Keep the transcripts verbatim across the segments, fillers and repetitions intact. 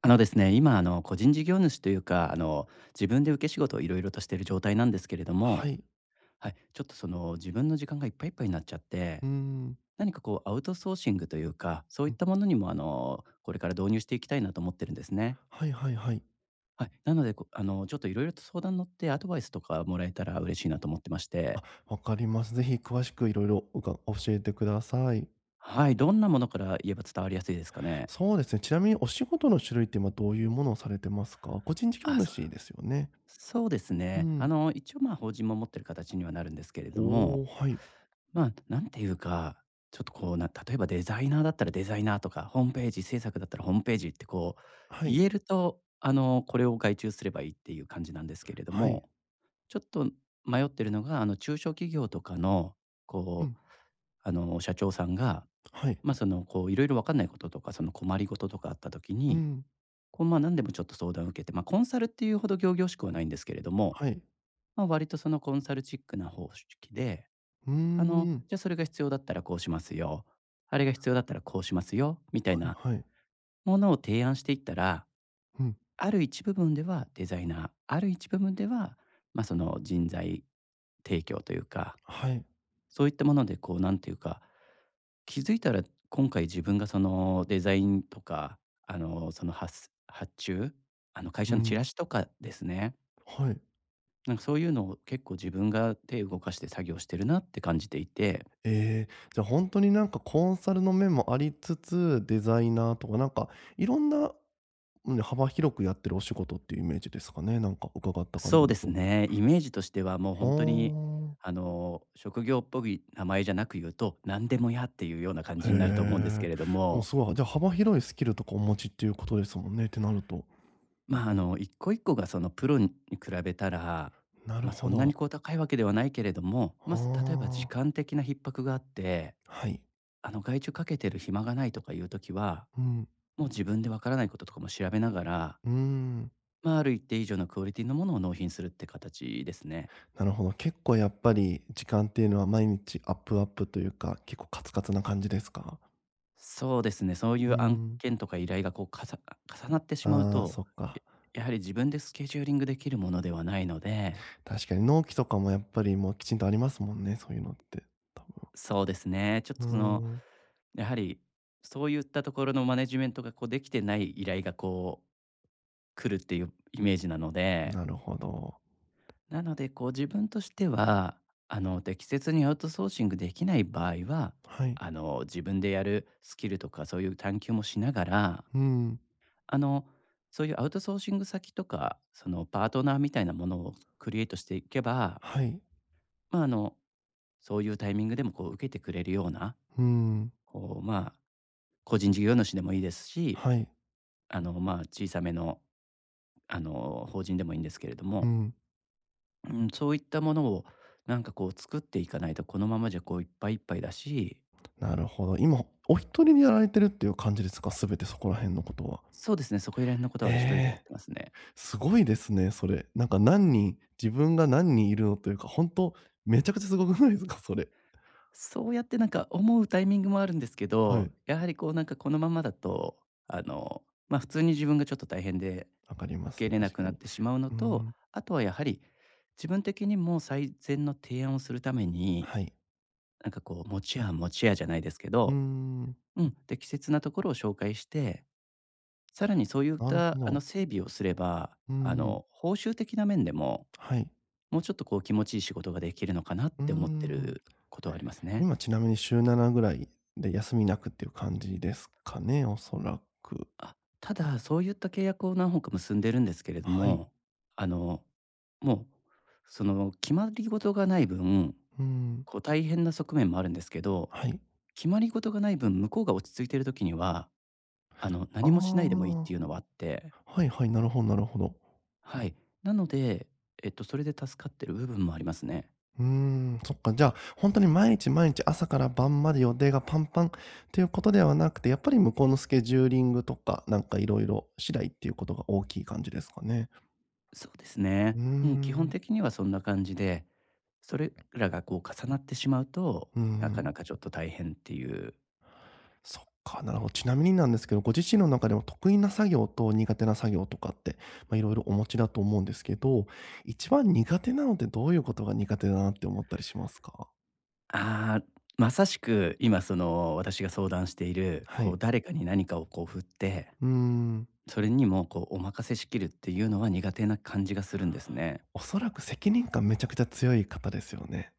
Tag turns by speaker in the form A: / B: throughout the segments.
A: あのですね、今あの個人事業主というか、あの自分で受け仕事をいろいろとしている状態なんですけれど
B: は
A: も、
B: い。
A: はい、ちょっとその自分の時間がいっぱいいっぱいになっちゃって、
B: うーん。
A: 何かこうアウトソーシングというか、そうい
B: う
A: っ
B: ん。
A: たものにもあのこれから導入していきたいなと思ってるんですね。
B: はいはいはい。
A: はい、なのでこあのちょっといろいろと相談乗ってアドバイスとかもらえたら嬉しいなと思ってまして、
B: あ、わかります。ぜひ詳しくいろいろうか教えてください。
A: はい、どんなものから言えば伝わりやすいですかね。
B: そうですね、ちなみにお仕事の種類って今どういうものをされてますか？個人事業
A: あ、そう
B: 主ですよね。
A: そうです
B: う
A: ね。あ
B: ん。
A: の一応まあ法人も持ってる形にはなるんですけれど
B: お
A: も、
B: お、はい。
A: まあ、なんていうか、ちょっとこう、な例えばデザイナーだったらデザイナーとか、ホームページ制作だったらホームページってこう、
B: はい。
A: 言えると、あの、これを外注すればいいっていう感じなんですけれど
B: はい。
A: も、ちょっと迷ってるのが、あの、中小企業とかの、
B: う
A: こ
B: ん。
A: う、あの、社長さんが、
B: はい。
A: まあ、その、こう、いろいろわかんないこととか、その困りごととかあった時
B: う
A: に、
B: ん。
A: こう、まあ、何でもちょっと相談を受けて、まあ、コンサルっていうほど仰々しくはないんですけれども、
B: はい。
A: まあ、割とそのコンサルチックな方式で、
B: うー
A: あの、
B: ん。
A: じゃあそれが必要だったらこうしますよ。あれが必要だったらこうしますよ。みたい
B: はい
A: な
B: はい。
A: ものを提案していったら、
B: うん。
A: ある一部分ではデザイナー、ある一部分では、まあ、その人材提供というか、
B: はい。
A: そういったものでこう、なんていうか、気づいたら今回自分がそのデザインとか、あの、その発発注、あの会
B: う
A: 社のチ
B: ん。
A: ラシとかですね、
B: はい。
A: なんかそういうのを結構自分が手動かして作業してるなって感じていて、
B: ええ、じゃ、ほんになんかコンサルの面もありつつ、デザイナーとかなんかいろんなうん、ね幅広くやってるお仕事っていうイメージですかね、なんか伺った感
A: そ
B: じ
A: うで
B: だ
A: す
B: と。
A: ね。イメージとしてはもう本当に、
B: はあ。
A: あの、職業っぽい名前じゃなく言うと、何でもやっていうような感
B: へ
A: じになると思うんです
B: え。
A: けれど
B: でも
A: も、
B: すごい、じゃあ幅広いスキルとかお持ちっていうことですもんねってなると。
A: まあ、あの、一個一個がそのプロに比べたら、
B: なる
A: まあ、そ
B: ほ
A: んなにこう
B: ど。
A: 高いわけではないけれども、まあ、す例えば時
B: はあ。
A: 間的な逼迫があって、
B: はい。
A: あの、外注かけてる暇がないとかいうときは、
B: うん。
A: もう自分でわからないこととかも調べながら、
B: うーん。
A: まあ、ある一定以上のクオリティのものを納品するって形ですね。
B: なるほど。結構やっぱり時間っていうのは毎日アップアップというか、結構カツカツな感じですか？
A: そうですね、そうい
B: うー
A: う案
B: ん。
A: 件とか依頼がこう、かさ重なってしまう
B: ああ、
A: と、
B: そっか。
A: ややはり自分でスケジューリングできるものではないので、
B: 確かに納期とかもやっぱりもうきちんとありますもんね、そういうのって、多分。
A: そうですね、ちょっ
B: う
A: と
B: ー
A: その、
B: ん、
A: やはりそういったところのマネジメントがこうできてない依頼がこう来るっていうイメージなので、
B: なるほど。
A: なのでこう自分としては、あの適切にアウトソーシングできない場合は、
B: はい。
A: あの自分でやるスキルとかそういう探求もしながら、
B: うん。
A: あの、そういうアウトソーシング先とか、そのパートナーみたいなものをクリエイトしていけば、
B: はい。
A: まあ、あの、そういうタイミングでもこう受けてくれるような、
B: うん。
A: こう、まあ、個人事業主でもいいですし、
B: はい。
A: あの、まあ、小さめの、あの、法人でもいいんですけれど
B: う
A: も、
B: ん。
A: うん、そういったものをなんかこう作っていかないと、このままじゃこういっぱいいっぱいだし、
B: なるほど。今、お一人でやられてるっていう感じですか？全てそこら辺のことは。
A: そうですね、そこら辺のこと
B: え
A: は一人でやっ
B: え、
A: てますね。
B: すごいですね、それ。なんか何人自分が何人いるのというか、本当めちゃくちゃすごくないですか？それ。
A: そうやってなんか思うタイミングもあるんですけ
B: は
A: ど、
B: い。
A: やはりこうなんかこのままだと、あの、ま、普通に自分がちょっと大変で、
B: わかりま
A: 受
B: す、
A: け入れな
B: 確
A: く
B: か
A: なっ
B: に。
A: てしまうの
B: うー
A: と、
B: ん、
A: あとはやはり、自分的にも最善の提案をするために、
B: はい。
A: なんかこう持ち屋持ち屋じゃないですけ
B: うー
A: ど、
B: ん、
A: うん、適切なところを紹介して、さらにそういっ
B: なる
A: た
B: ほ
A: あの
B: ど。
A: 整備をすれば、
B: うー
A: あ
B: ん、
A: の報酬的な面でも、
B: はい。
A: もうちょっとこう気持ちいい仕事ができるのかなっ
B: うー
A: て思って
B: ん。
A: ることはありますね。
B: 今ちなみに週ななぐらいで休みなくっていう感じですかね、おそらく。
A: あ、ただ、そういった契約を何本か結んでるんですけれど
B: はい。
A: も、あの、もう、その、決まり事がない分、
B: うーん。
A: こう大変な側面もあるんですけど、
B: はい。
A: 決まり事がない分、向こうが落ち着いてる時には、あの、
B: あ
A: 何もしないでもいいっ
B: あ、
A: ていうのはあって、
B: はいはい、なるほどなるほど。
A: はい。なので、えっと、それで助かってる部分もありますね。
B: うーん、そっか、じゃあ、本当に毎日毎日朝から晩まで予定がパンパンっていうことではなくて、やっぱり向こうのスケジューリングとか、なんかいろいろ次第っていうことが大きい感じですかね。
A: そうですね。
B: うー
A: うん、基本
B: ん、
A: 的にはそんな感じで、それらがこう重なってしまうと、
B: うー
A: なか
B: ん。
A: なかちょっと大変っていう。
B: そっか、なるほど。ちなみになんですけど、ご自身の中でも得意な作業と苦手な作業とかって、まあ、いろいろお持ちだと思うんですけど、一番苦手なのってどういうことが苦手だなって思ったりしますか？
A: ああ、まさしく今その私が相談している、
B: は
A: こ
B: い。
A: う誰かに何かをこう振って、
B: うーん。
A: それにもこうお任せしきるっていうのは苦手な感じがするんですね。
B: おそらく責任感めちゃくちゃ強い方ですよね。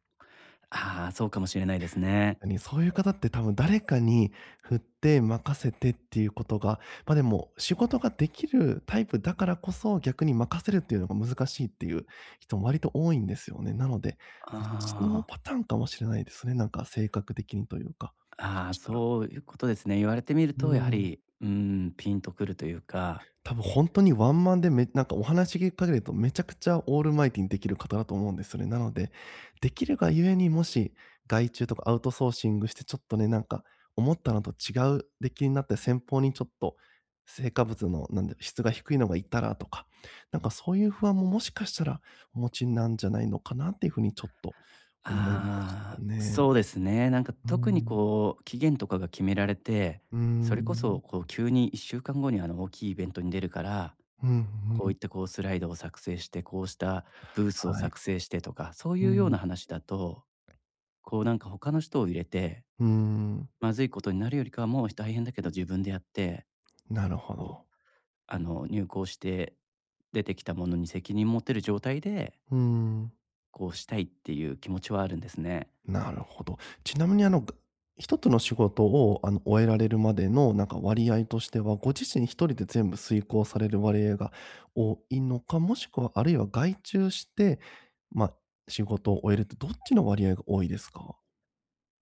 A: ああ、そうかもしれないですね。
B: にそういう方って多分誰かに振って任せてっていうことが、ま、でも仕事ができるタイプだからこそ、逆に任せるっていうのが難しいっていう人も割と多いんですよね。なので、そっちの
A: あ
B: パターンかもしれないですね。なんか性格的にというか、もし
A: あ、
B: か
A: ああ、
B: したら。
A: そういうことですね。言われてみる
B: う
A: とやは
B: ん。
A: り、うん、ピンとくるというか、
B: 多分本当にワンマンでめなんかお話聞かれるとめちゃくちゃオールマイティにできる方だと思うんですよね。なので、できるがゆえに、もし外注とかアウトソーシングしてちょっとね、なんか思ったのと違う出来になって先方にちょっと成果物のなんだ質が低いのがいたらとか、なんかそういう不安ももしかしたらお持ちなんじゃないのかなっていう風にちょっと思いまし
A: あ
B: た
A: あ、
B: ね。
A: そうですね。なんか
B: う
A: 特に
B: ん。
A: こう期限とかが決められて、
B: う
A: それこそ
B: ん。
A: こう急にいっしゅうかんごにあの大きいイベントに出るから、
B: うんう
A: こうい
B: ん。
A: ったこうスライドを作成して、こうしたブースを
B: はい。
A: 作成してとか、そう
B: う
A: いうよう
B: ん。
A: な話だと、こうなんか他の人を入れて、
B: うん。
A: まずいことになるよりかはもう大変だけど自分でやって、
B: なるほ
A: こう、
B: ど。
A: あの、入稿して出てきたものに責任持てる状態で、
B: うーん、
A: こうしたいっていう気持ちはあるんですね。
B: なるほど。ちなみにあの、が一つの仕事をあの、終えられるまでのなんか割合としては、ご自身一人で全部遂行される割合が多いのか、もしくはあるいは外注して、まあ、仕事を終えるってどっちの割合が多いですか？は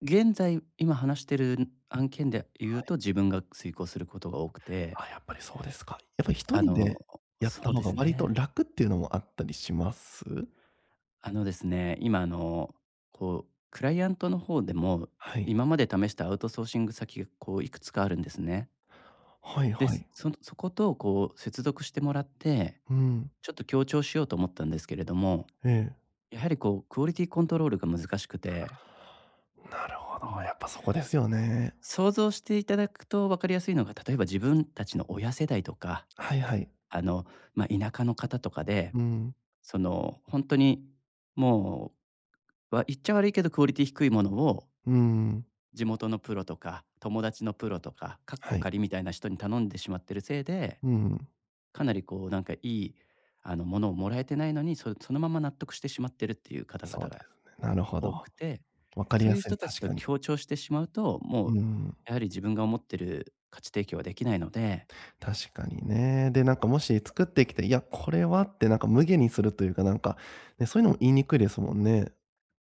A: 現在、今話してる案件で言うと
B: い。
A: 自分が遂行することが多くて、
B: あ、やっぱりそうですか。やっぱり一
A: あ
B: 人
A: の、
B: でやっ
A: そ
B: た
A: う
B: 方
A: で
B: が
A: す
B: 割と
A: ね。
B: 楽っていうのもあったりします？
A: あのですね、今あの、こう、クライアントの方でも、
B: はい。
A: 今まで試したアウトソーシング先がこういくつかあるんですね。
B: はい
A: で、
B: は
A: そ
B: い。
A: そことこう接続してもらって、
B: うん、
A: ちょっと強調しようと思ったんですけれども、
B: ええ。
A: やはりこうクオリティコントロールが難しくて、
B: なるほど、
A: うん、
B: やっぱそこですよね。
A: 想像していただくと分かりやすいのが、例えば自分たちの親世代とか、
B: はいはい。
A: あの、まあ、田舎の方とかで、
B: うん。
A: その、本当にもう、わ言っちゃ悪いけどクオリティ低いものを
B: うん、
A: 地元のプロとか、友達のプロとか、かっ
B: は
A: こ
B: い。
A: 仮みたいな人に頼んでしまってるせいで、
B: うん、
A: かなりこうなんかいい、あの、ものをもらえてないのに、そそのまま納得してしまってるっていう方々
B: そうで
A: が
B: すね。なるほ
A: 多
B: ど。
A: くて、
B: わかり
A: そう
B: や
A: いう
B: すい、
A: 人たち
B: 確
A: と
B: かに。
A: 協調してしまうと、もう
B: うん、
A: やはり自分が思ってる価値提供はできないので、
B: 確かにね。で、なんかもし作ってきて、いや、これはってなんか無限にするというか、なんか、ね、そういうのも言いにくいですもんね。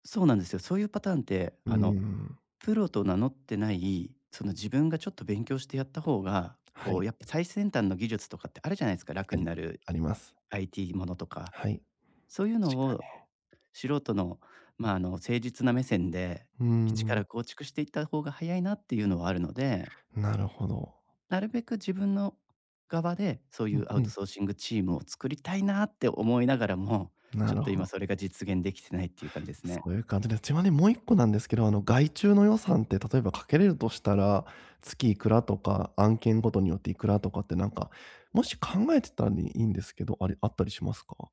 A: そうなんですよ。そういうパターンって、
B: う
A: あの、
B: ん、
A: プロと名乗ってない、その自分がちょっと勉強してやった方が、
B: は
A: こう
B: い、
A: やっぱ最先端の技術とかってあるじゃないですか、楽
B: あ
A: に
B: り
A: なる
B: あります。
A: アイティー ものとか。
B: はい、
A: そういう
B: 確
A: の
B: か
A: を素人の、まあ、あの、誠実な目線で、
B: に。う
A: 一か
B: ん、
A: ら構築していった方が早いなっていうのはあるので、
B: なるほど。
A: なるべく自分の側で、そうい
B: うん
A: うア
B: う
A: ウト
B: ん、
A: ソーシングチームを作りたいなって思いながらも、ち
B: な
A: ょっ
B: る
A: と
B: ほ
A: 今そ
B: ど
A: れが実現できてないっていう感じですね。
B: そういう感じで、ちなみにもう一個なんですけど、あの、外注の予算って例えばかけれるとしたら、月いくらとか、案件ごとによっていくらとかってなんか、もし考えてたらいいんですけど、ありあったりしますか？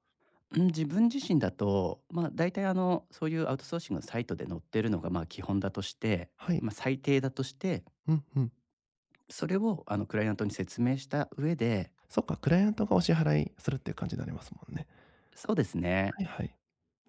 A: うん、自分自身だと、まあ、大体あの、そういうアウトソーシングのサイトで載ってるのが、まあ、基本だとして、
B: はい。
A: まあ、最低だとして、
B: うんうん。
A: それをあのクライアントに説明した上で、
B: そっか、クライアントがお支払いするっていう感じになりますもんね。
A: そうですね。
B: はいはい。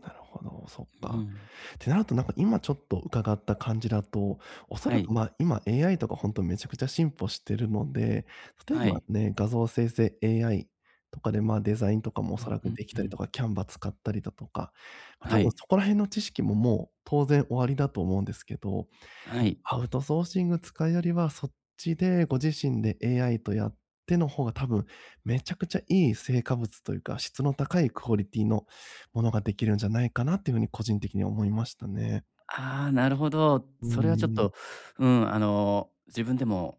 B: なるほど、そっ
A: う
B: か。
A: ん。
B: ってなると、なんか今ちょっと伺った感じだと、おそ
A: は
B: ら
A: い。
B: く、ま、あ今 エーアイ とか本当めちゃくちゃ進歩してるので、例え
A: は
B: ば
A: い。
B: ね、画像生成 エーアイ とかで、ま、あデザインとかもお
A: う
B: そ
A: ん
B: ら
A: う
B: く
A: ん
B: でき
A: う
B: たりと
A: ん。
B: か、キャンバ a 使ったりだとか、ま多
A: は
B: 分
A: い。
B: そこら辺の知識ももう当然終わりだと思うんですけど、
A: はい。
B: アウトソーシング使うよりは、そっちでご自身で エーアイ とやっての方が多分、めちゃくちゃいい成果物というか、質の高いクオリティのものができるんじゃないかなっていう風に個人的に思いましたね。
A: ああ、なるほど。
B: うー
A: それはちょっ
B: ん。
A: と、うん、あの、自分でも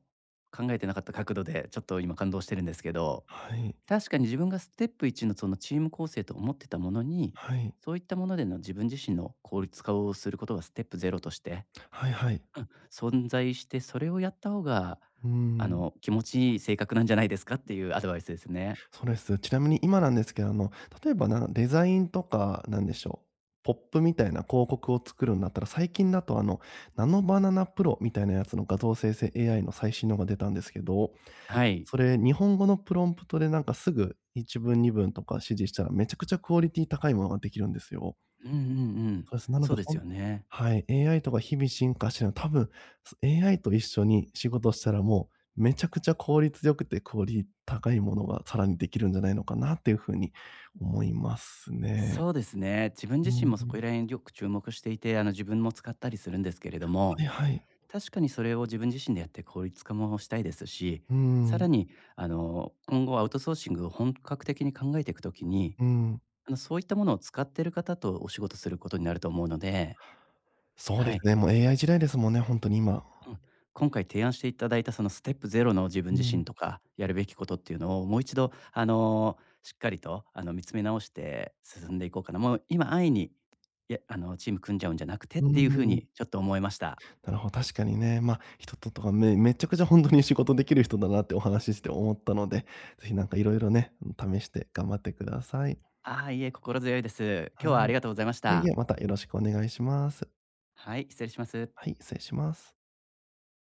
A: 考えてなかった角度で、ちょっと今感動してるんですけど、
B: はい。
A: 確かに自分がステップいちのそのチーム構成と思ってたものに、
B: はい。
A: そういったものでの自分自身の効率化をすることがステップゼロとして、
B: はいはい。
A: うん、存在して、それをやった方が、
B: うー
A: あ
B: ん。
A: の、気持ちいい性格なんじゃないですかっていうアドバイスですね。
B: そうです。ちなみに今なんですけど、あの、例えばなデザインとか、なんでしょう、ポップみたいな広告を作るんだったら、最近だとあの、ナノバナナプロみたいなやつの画像生成 エーアイ の最新のが出たんですけど、
A: はい。
B: それ、日本語のプロンプトでなんかすぐ一文二文とか指示したら、めちゃくちゃクオリティ高いものができるんですよ。
A: うんうんうん。
B: そうです。なの
A: そ
B: で、
A: うです
B: ほん
A: よね。
B: はい、エーアイ とか日々進化してるの、多分、す エーアイ と一緒に仕事したらもう、めちゃくちゃ効率良くてクオリ高いものがさらにできるんじゃないのかなっていう風に思いますね。
A: そうですね。自分自
B: う
A: 身もそこ
B: ん、
A: ら辺よく注目していて、あの自分も使ったりするんですけれども、
B: はいはい。
A: 確かにそれを自分自身でやって効率化もしたいですし、
B: う
A: さ
B: ん、
A: らにあの今後アウトソーシングを本格的に考えていくときに、
B: うん。
A: あのそういったものを使っている方とお仕事することになると思うので、
B: そうで
A: は
B: す
A: い。
B: ね、もう エーアイ 時代ですもんね、ほんとに今。
A: うん、今回提案していただいたそのステップゼロの自分
B: う
A: 自
B: ん、
A: 身とかやるべきことっていうのをもう一度あのしっかりとあの見つめ直して進んでいこうかな。もう今安易にいやあのチーム組んじゃうんじゃなくてっ
B: うー
A: ていうふう
B: ん。
A: にちょっと思いました。
B: なるほど、確かにね。まあ、人ととか、めめちゃくちゃ本当に仕事できる人だなってお話しして思ったので、ぜひなんかいろいろね試して頑張ってください。
A: ああいいえ心強いです。今日
B: は
A: はあ
B: い。
A: りがとうございまし
B: いえいえ、
A: た。
B: またよろしくお願いします。
A: はい失礼します。
B: はい、失礼します。